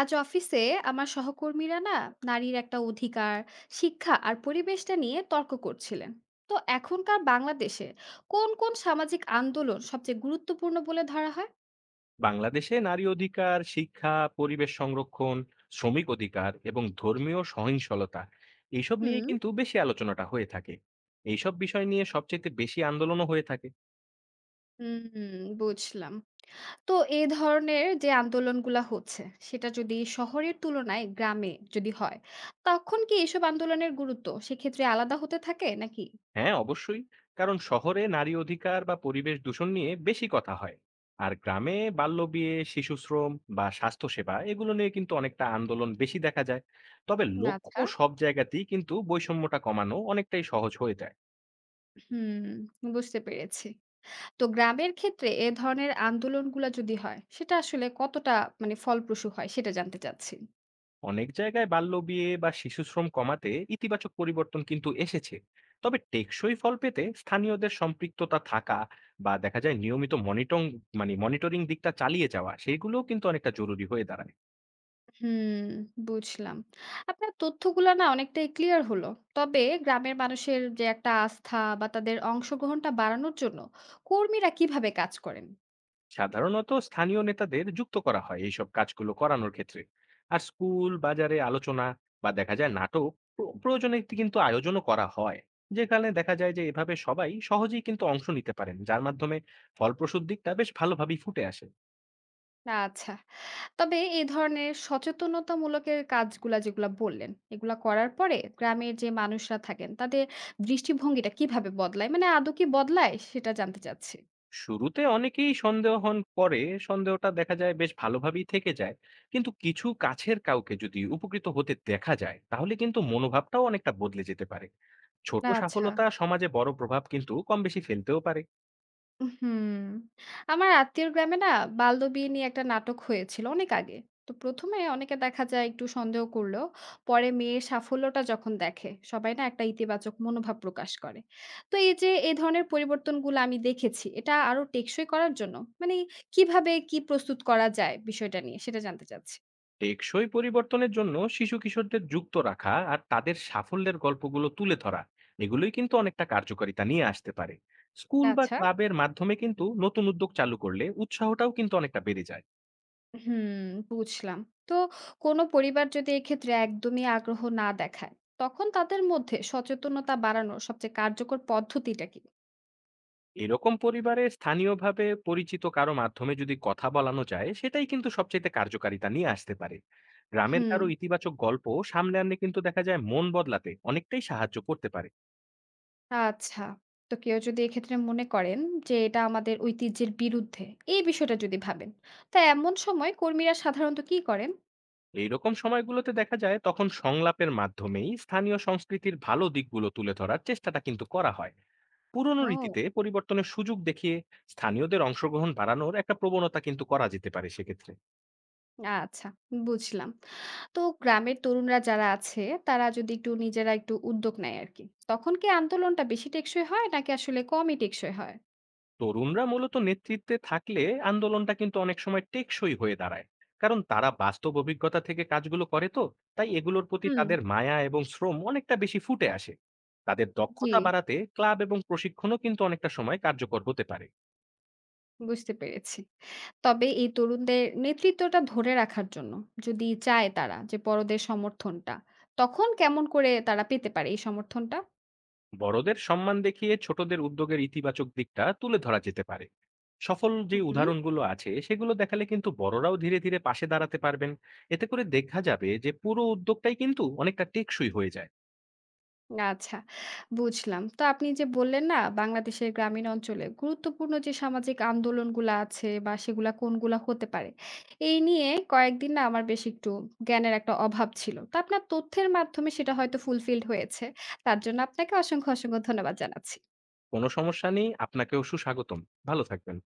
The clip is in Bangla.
আজ অফিসে আমার সহকর্মীরা না নারীর একটা অধিকার, শিক্ষা আর পরিবেশটা নিয়ে তর্ক করছিলেন। তো এখনকার বাংলাদেশে কোন কোন সামাজিক আন্দোলন সবচেয়ে গুরুত্বপূর্ণ বলে ধরা হয়? বাংলাদেশে নারী অধিকার, শিক্ষা, পরিবেশ সংরক্ষণ, শ্রমিক অধিকার এবং ধর্মীয় সহিংসলতা এইসব নিয়ে হুম কিন্তু বেশি আলোচনাটা হয়ে থাকে। এইসব বিষয় নিয়ে সবচেয়ে বেশি আন্দোলনও হয়ে থাকে। হুম বুঝলাম। তো এই ধরনের যে আন্দোলনগুলা হচ্ছে, সেটা যদি শহরের তুলনায় গ্রামে যদি হয়, তখন কি এসব আন্দোলনের গুরুত্ব সেক্ষেত্রে আলাদা হতে থাকে নাকি? হ্যাঁ, অবশ্যই। কারণ শহরে নারী অধিকার বা পরিবেশ দূষণ নিয়ে বেশি কথা হয়, আর গ্রামে বাল্যবিয়ে, শিশুশ্রম বা স্বাস্থ্যসেবা এগুলো নিয়ে কিন্তু অনেকটা আন্দোলন বেশি দেখা যায়। তবে লক্ষ্য আচ্ছা, সব জায়গাতেই কিন্তু বৈষম্যটা কমানো অনেকটাই সহজ হয়ে যায়। হুম, বুঝতে পেরেছি। তো গ্রামের ক্ষেত্রে এ ধরনের আন্দোলনগুলা যদি হয়, সেটা আসলে কতটা মানে ফলপ্রসূ হয় সেটা জানতে চাচ্ছি। অনেক জায়গায় বাল্যবিয়ে বা শিশুশ্রম কমাতে ইতিবাচক পরিবর্তন কিন্তু এসেছে। তবে টেকসই ফল পেতে স্থানীয়দের সম্পৃক্ততা থাকা বা দেখা যায় নিয়মিত মনিটং মানে মনিটরিং দিকটা চালিয়ে যাওয়া সেইগুলোও কিন্তু অনেকটা জরুরি হয়ে দাঁড়ায়। হুম, বুঝলাম। আপনার তথ্যগুলা না অনেকটাই ক্লিয়ার হলো। তবে গ্রামের মানুষের যে একটা আস্থা বা তাদের অংশগ্রহণটা বাড়ানোর জন্য কর্মীরা কিভাবে কাজ করেন? সাধারণত স্থানীয় নেতাদের যুক্ত করা হয় এইসব কাজগুলো করানোর ক্ষেত্রে। আর স্কুল, বাজারে আলোচনা বা দেখা যায় নাটক, প্রয়োজনে একটি কিন্তু আয়োজনও করা হয়, যেখানে দেখা যায় যে এভাবে সবাই সহজেই কিন্তু অংশ নিতে পারেন, যার মাধ্যমে ফলপ্রসূ দিকটা বেশ ভালোভাবেই ফুটে আসে। আচ্ছা। তবে এ ধরনের সচেতনতামূলকের কাজগুলা যেগুলা বললেন, এগুলা করার পরে গ্রামের যে মানুষরা থাকেন তাদের দৃষ্টিভঙ্গিটা কিভাবে বদলায়? মানে আদৌ কি বদলায়? সেটা জানতে চাচ্ছি। শুরুতে অনেকেই সন্দেহ হন, পরে সন্দেহটা দেখা যায় বেশ ভালোভাবেই থেকে যায়, কিন্তু কিছু কাছের কাউকে যদি উপকৃত হতে দেখা যায় তাহলে কিন্তু মনোভাবটাও অনেকটা বদলে যেতে পারে। ছোট আচ্ছা, সফলতা সমাজে বড় প্রভাব কিন্তু কম বেশি ফেলতেও পারে। হুম। আমার আত্মীয়র গ্রামে না বাল্যবিয়ে নিয়ে একটা নাটক হয়েছিল অনেক আগে। তো ১ম এ অনেকে দেখা যায় একটু সন্দেহ করলেও পরে মেয়ের সাফল্যটা যখন দেখে সবাই না একটা ইতিবাচক মনোভাব প্রকাশ করে। তো এই যে এই ধরনের পরিবর্তনগুলো আমি দেখেছি, এটা আরো টেকসই করার জন্য মানে কিভাবে কি প্রস্তুত করা যায় বিষয়টা নিয়ে সেটা জানতে চাচ্ছি। টেকসই পরিবর্তনের জন্য শিশু কিশোরদের যুক্ত রাখা আর তাদের সাফল্যের গল্পগুলো তুলে ধরা এগুলোই কিন্তু অনেকটা কার্যকারিতা নিয়ে আসতে পারে। স্কুল বা আচ্ছা, ক্লাবের মাধ্যমে কিন্তু নতুন উদ্যোগ চালু করলে উৎসাহটাও কিন্তু অনেকটা বেড়ে যায়। হুম, বুঝলাম। তো কোনো পরিবার যদি এক্ষেত্রে একদমই আগ্রহ না দেখায়, তখন তাদের মধ্যে সচেতনতা বাড়ানোর সবচেয়ে কার্যকর পদ্ধতিটা কি? এরকম পরিবারে স্থানীয়ভাবে পরিচিত কারো মাধ্যমে যদি কথা বলানো যায় সেটাই কিন্তু সবচেয়ে কার্যকারিতা নিয়ে আসতে পারে। গ্রামের হুম। কারো ইতিবাচক গল্প সামনে আনলে কিন্তু দেখা যায় মন বদলাতে অনেকটাই সাহায্য করতে পারে। আচ্ছা। তো কেউ যদি এক্ষেত্রে মনে করেন যে এটা আমাদের ঐতিহ্যের বিরুদ্ধে, এই বিষয়টা যদি ভাবেন, তা এমন সময় কর্মীরা সাধারণত কি করেন? এইরকম সময়গুলোতে দেখা যায় তখন সংলাপের মাধ্যমেই স্থানীয় সংস্কৃতির ভালো দিকগুলো তুলে ধরার চেষ্টাটা কিন্তু করা হয়। পুরনো ও রীতিতে পরিবর্তনের সুযোগ দেখিয়ে স্থানীয়দের অংশগ্রহণ বাড়ানোর একটা প্রবণতা কিন্তু করা যেতে পারে সেক্ষেত্রে। আচ্ছা, বুঝলাম। তো গ্রামের তরুণরা যারা আছে, তারা যদি একটু নিজেরা একটু উদ্যোগ নেয় আরকি, তখন কি আন্দোলনটা বেশি টেকসই হয় নাকি আসলে কমই টেকসই হয়? তরুণরা মূলত নেতৃত্বে থাকলে আন্দোলনটা কিন্তু অনেক সময় টেকসই হয়ে দাঁড়ায়, কারণ তারা বাস্তব অভিজ্ঞতা থেকে কাজগুলো করে তো, তাই এগুলোর প্রতি হুম। তাদের মায়া এবং শ্রম অনেকটা বেশি ফুটে আসে। তাদের জি, দক্ষতা বাড়াতে ক্লাব এবং প্রশিক্ষণও কিন্তু অনেকটা সময় কার্যকর হতে পারে। বুঝতে পেরেছি। তবে এই তরুণদের নেতৃত্বটা ধরে রাখার জন্য যদি চায় তারা যে বড়দের সমর্থনটা, তখন কেমন করে তারা পেতে পারে এই সমর্থনটা? বড়দের সম্মান দেখিয়ে ছোটদের উদ্যোগের ইতিবাচক দিকটা তুলে ধরা যেতে পারে। সফল যে হুম, হুম। উদাহরণগুলো আছে সেগুলো দেখালে কিন্তু বড়রাও ধীরে ধীরে পাশে দাঁড়াতে পারবেন। এতে করে দেখা যাবে যে পুরো উদ্যোগটাই কিন্তু অনেকটা টেকসই হয়ে যায়। আচ্ছা, বুঝলাম। তো আপনি যে বললেন না বাংলাদেশের গ্রামীণ অঞ্চলে গুরুত্বপূর্ণ যে সামাজিক আন্দোলনগুলা আছে বা সেগুলা কোনগুলা হতে পারে, এই নিয়ে কয়েকদিন না আমার বেশ একটু জ্ঞানের একটা অভাব ছিল। তো আপনার তথ্যের মাধ্যমে সেটা হয়তো ফুলফিলড হয়েছে। তার জন্য আপনাকে অসংখ্য, অসংখ্য ধন্যবাদ জানাচ্ছি। কোনো সমস্যা নেই। আপনাকেও সুস্বাগতম। ভালো থাকবেন।